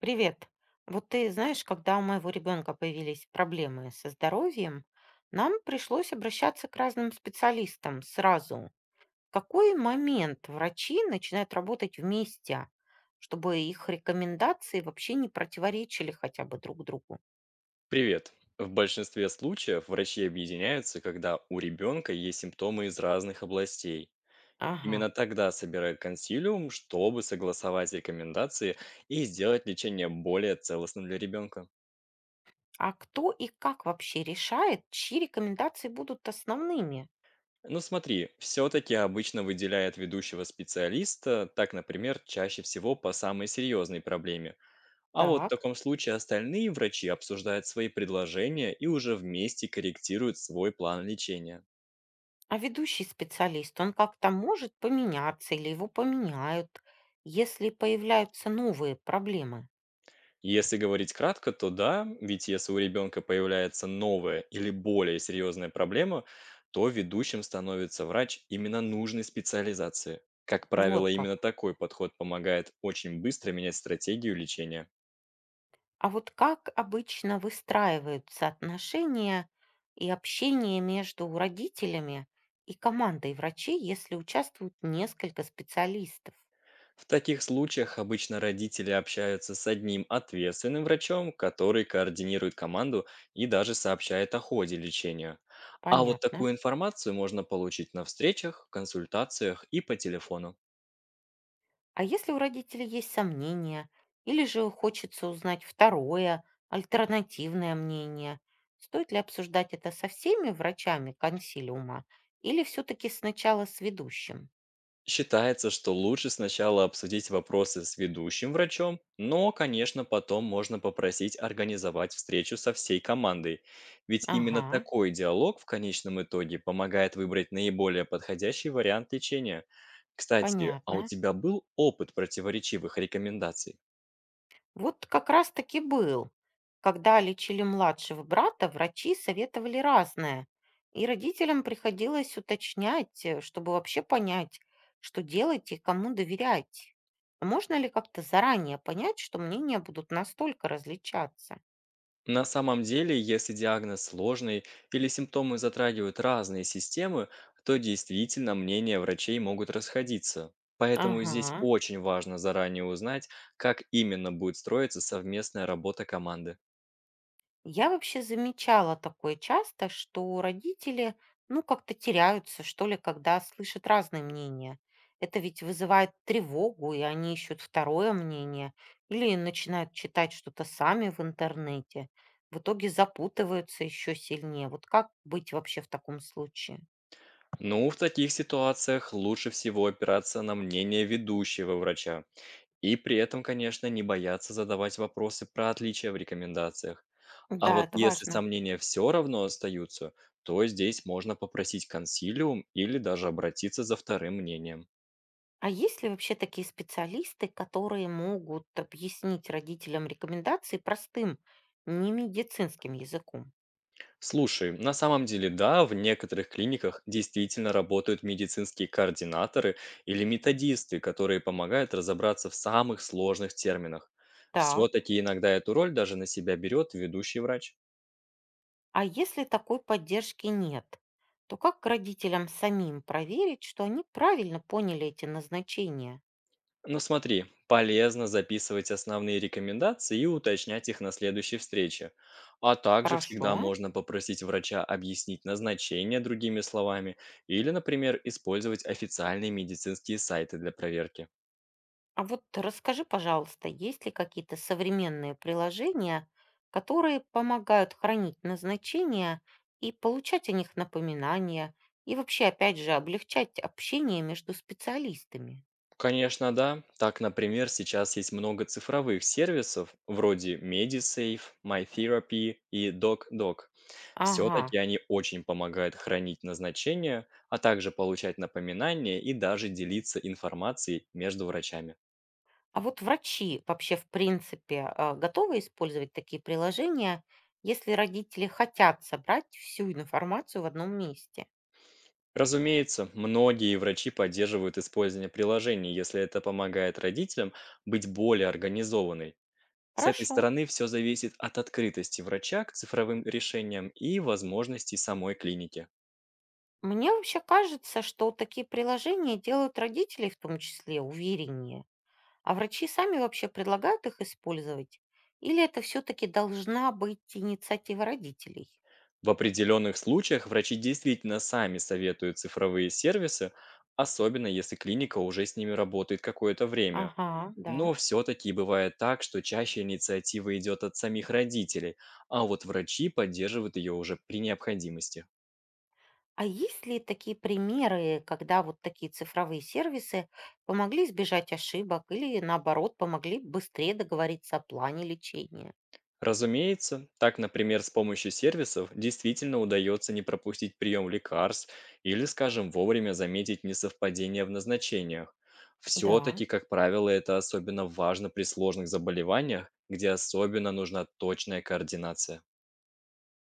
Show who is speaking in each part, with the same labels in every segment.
Speaker 1: Привет. Вот ты знаешь, когда у моего ребенка появились проблемы со здоровьем, нам пришлось обращаться к разным специалистам сразу. В какой момент врачи начинают работать вместе, чтобы их рекомендации вообще не противоречили хотя бы друг другу?
Speaker 2: Привет. В большинстве случаев врачи объединяются, когда у ребенка есть симптомы из разных областей.
Speaker 1: Ага.
Speaker 2: Именно тогда собирают консилиум, чтобы согласовать рекомендации и сделать лечение более целостным для ребенка.
Speaker 1: А кто и как вообще решает, чьи рекомендации будут основными?
Speaker 2: Ну смотри, все-таки обычно выделяют ведущего специалиста, так, например, чаще всего по самой серьезной проблеме. А вот в
Speaker 1: Так.
Speaker 2: таком случае остальные врачи обсуждают свои предложения и уже вместе корректируют свой план лечения.
Speaker 1: А ведущий специалист, он как-то может поменяться или его поменяют, если появляются новые проблемы.
Speaker 2: Если говорить кратко, то да, ведь если у ребенка появляется новая или более серьезная проблема, то ведущим становится врач именно нужной специализации. Как правило,
Speaker 1: Вот
Speaker 2: именно
Speaker 1: как.
Speaker 2: такой подход помогает очень быстро менять стратегию лечения.
Speaker 1: А вот как обычно выстраиваются отношения и общение между родителями и командой врачей, если участвуют несколько специалистов?
Speaker 2: В таких случаях обычно родители общаются с одним ответственным врачом, который координирует команду и даже сообщает о ходе лечения. А вот
Speaker 1: Понятно.
Speaker 2: такую информацию можно получить на встречах, консультациях и по телефону.
Speaker 1: А если у родителей есть сомнения, или же хочется узнать второе, альтернативное мнение, стоит ли обсуждать это со всеми врачами консилиума или все-таки сначала с ведущим?
Speaker 2: Считается, что лучше сначала обсудить вопросы с ведущим врачом, но, конечно, потом можно попросить организовать встречу со всей командой. Ведь именно
Speaker 1: Ага,
Speaker 2: такой диалог в конечном итоге помогает выбрать наиболее подходящий вариант лечения. Кстати, а у
Speaker 1: понятно.
Speaker 2: тебя был опыт противоречивых рекомендаций?
Speaker 1: Вот как раз-таки был. Когда лечили младшего брата, врачи советовали разное. И родителям приходилось уточнять, чтобы вообще понять, что делать и кому доверять. Можно ли как-то заранее понять, что мнения будут настолько различаться?
Speaker 2: На самом деле, если диагноз сложный или симптомы затрагивают разные системы, то действительно мнения врачей могут расходиться. Поэтому здесь
Speaker 1: Ага.
Speaker 2: очень важно заранее узнать, как именно будет строиться совместная работа команды.
Speaker 1: Я вообще замечала такое часто, что родители, ну, как-то теряются, что ли, когда слышат разные мнения. Это ведь вызывает тревогу, и они ищут второе мнение или начинают читать что-то сами в интернете. В итоге запутываются еще сильнее. Вот как быть вообще в таком случае?
Speaker 2: Ну, в таких ситуациях лучше всего опираться на мнение ведущего врача. И при этом, конечно, не бояться задавать вопросы про отличия в рекомендациях. А
Speaker 1: Да,
Speaker 2: вот
Speaker 1: это
Speaker 2: если
Speaker 1: важно.
Speaker 2: сомнения все равно остаются, то здесь можно попросить консилиум или даже обратиться за вторым мнением.
Speaker 1: А есть ли вообще такие специалисты, которые могут объяснить родителям рекомендации простым, не медицинским языком?
Speaker 2: Слушай, на самом деле да, в некоторых клиниках действительно работают медицинские координаторы или методисты, которые помогают разобраться в самых сложных терминах.
Speaker 1: Так.
Speaker 2: Все-таки иногда эту роль даже на себя берет ведущий врач.
Speaker 1: А если такой поддержки нет, то как родителям самим проверить, что они правильно поняли эти назначения?
Speaker 2: Ну смотри, полезно записывать основные рекомендации и уточнять их на следующей встрече. А также
Speaker 1: Хорошо.
Speaker 2: всегда можно попросить врача объяснить назначение другими словами или, например, использовать официальные медицинские сайты для проверки.
Speaker 1: А вот расскажи, пожалуйста, есть ли какие-то современные приложения, которые помогают хранить назначения и получать о них напоминания, и вообще, опять же, облегчать общение между специалистами?
Speaker 2: Конечно, да. Так, например, сейчас есть много цифровых сервисов вроде MediSafe, MyTherapy и DocDoc.
Speaker 1: Ага.
Speaker 2: Все-таки они очень помогают хранить назначения, а также получать напоминания и даже делиться информацией между врачами.
Speaker 1: А вот врачи вообще, в принципе, готовы использовать такие приложения, если родители хотят собрать всю информацию в одном месте?
Speaker 2: Разумеется, многие врачи поддерживают использование приложений, если это помогает родителям быть более организованной. С этой
Speaker 1: Хорошо.
Speaker 2: стороны все зависит от открытости врача к цифровым решениям и возможностей самой клиники.
Speaker 1: Мне вообще кажется, что такие приложения делают родителей в том числе увереннее, а врачи сами вообще предлагают их использовать? Или это все-таки должна быть инициатива родителей?
Speaker 2: В определенных случаях врачи действительно сами советуют цифровые сервисы, особенно если клиника уже с ними работает какое-то время.
Speaker 1: Ага, да.
Speaker 2: Но все-таки бывает так, что чаще инициатива идет от самих родителей, а вот врачи поддерживают ее уже при необходимости.
Speaker 1: А есть ли такие примеры, когда вот такие цифровые сервисы помогли избежать ошибок или, наоборот, помогли быстрее договориться о плане лечения?
Speaker 2: Разумеется, так, например, с помощью сервисов действительно удается не пропустить прием лекарств или, скажем, вовремя заметить несовпадение в назначениях.
Speaker 1: Да,
Speaker 2: Все-таки, как правило, это особенно важно при сложных заболеваниях, где особенно нужна точная координация.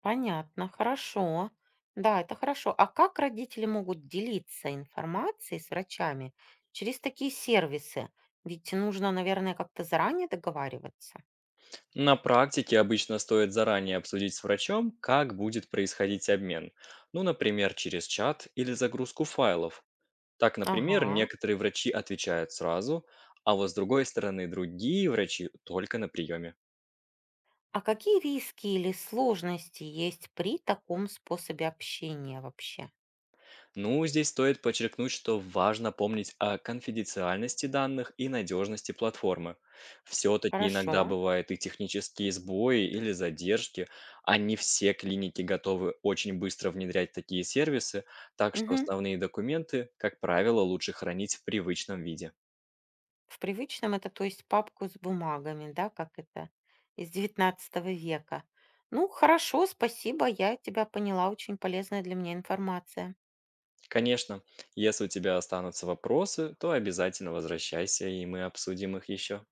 Speaker 1: понятно, хорошо. Да, это хорошо. А как родители могут делиться информацией с врачами через такие сервисы? Ведь нужно, наверное, как-то заранее договариваться.
Speaker 2: На практике обычно стоит заранее обсудить с врачом, как будет происходить обмен, ну, например, через чат или загрузку файлов. Так, например,
Speaker 1: Ага.
Speaker 2: некоторые врачи отвечают сразу, а вот с другой стороны другие врачи только на приеме.
Speaker 1: А какие риски или сложности есть при таком способе общения вообще?
Speaker 2: Ну, здесь стоит подчеркнуть, что важно помнить о конфиденциальности данных и надежности платформы. Все-таки
Speaker 1: Хорошо.
Speaker 2: иногда бывают и технические сбои или задержки, а не все клиники готовы очень быстро внедрять такие сервисы, так что
Speaker 1: Мгм.
Speaker 2: основные документы, как правило, лучше хранить в привычном виде.
Speaker 1: В привычном это, то есть, папку с бумагами, да, как это, из XIX века. Ну, хорошо, спасибо, я тебя поняла, очень полезная для меня информация.
Speaker 2: Конечно, если у тебя останутся вопросы, то обязательно возвращайся, и мы обсудим их еще.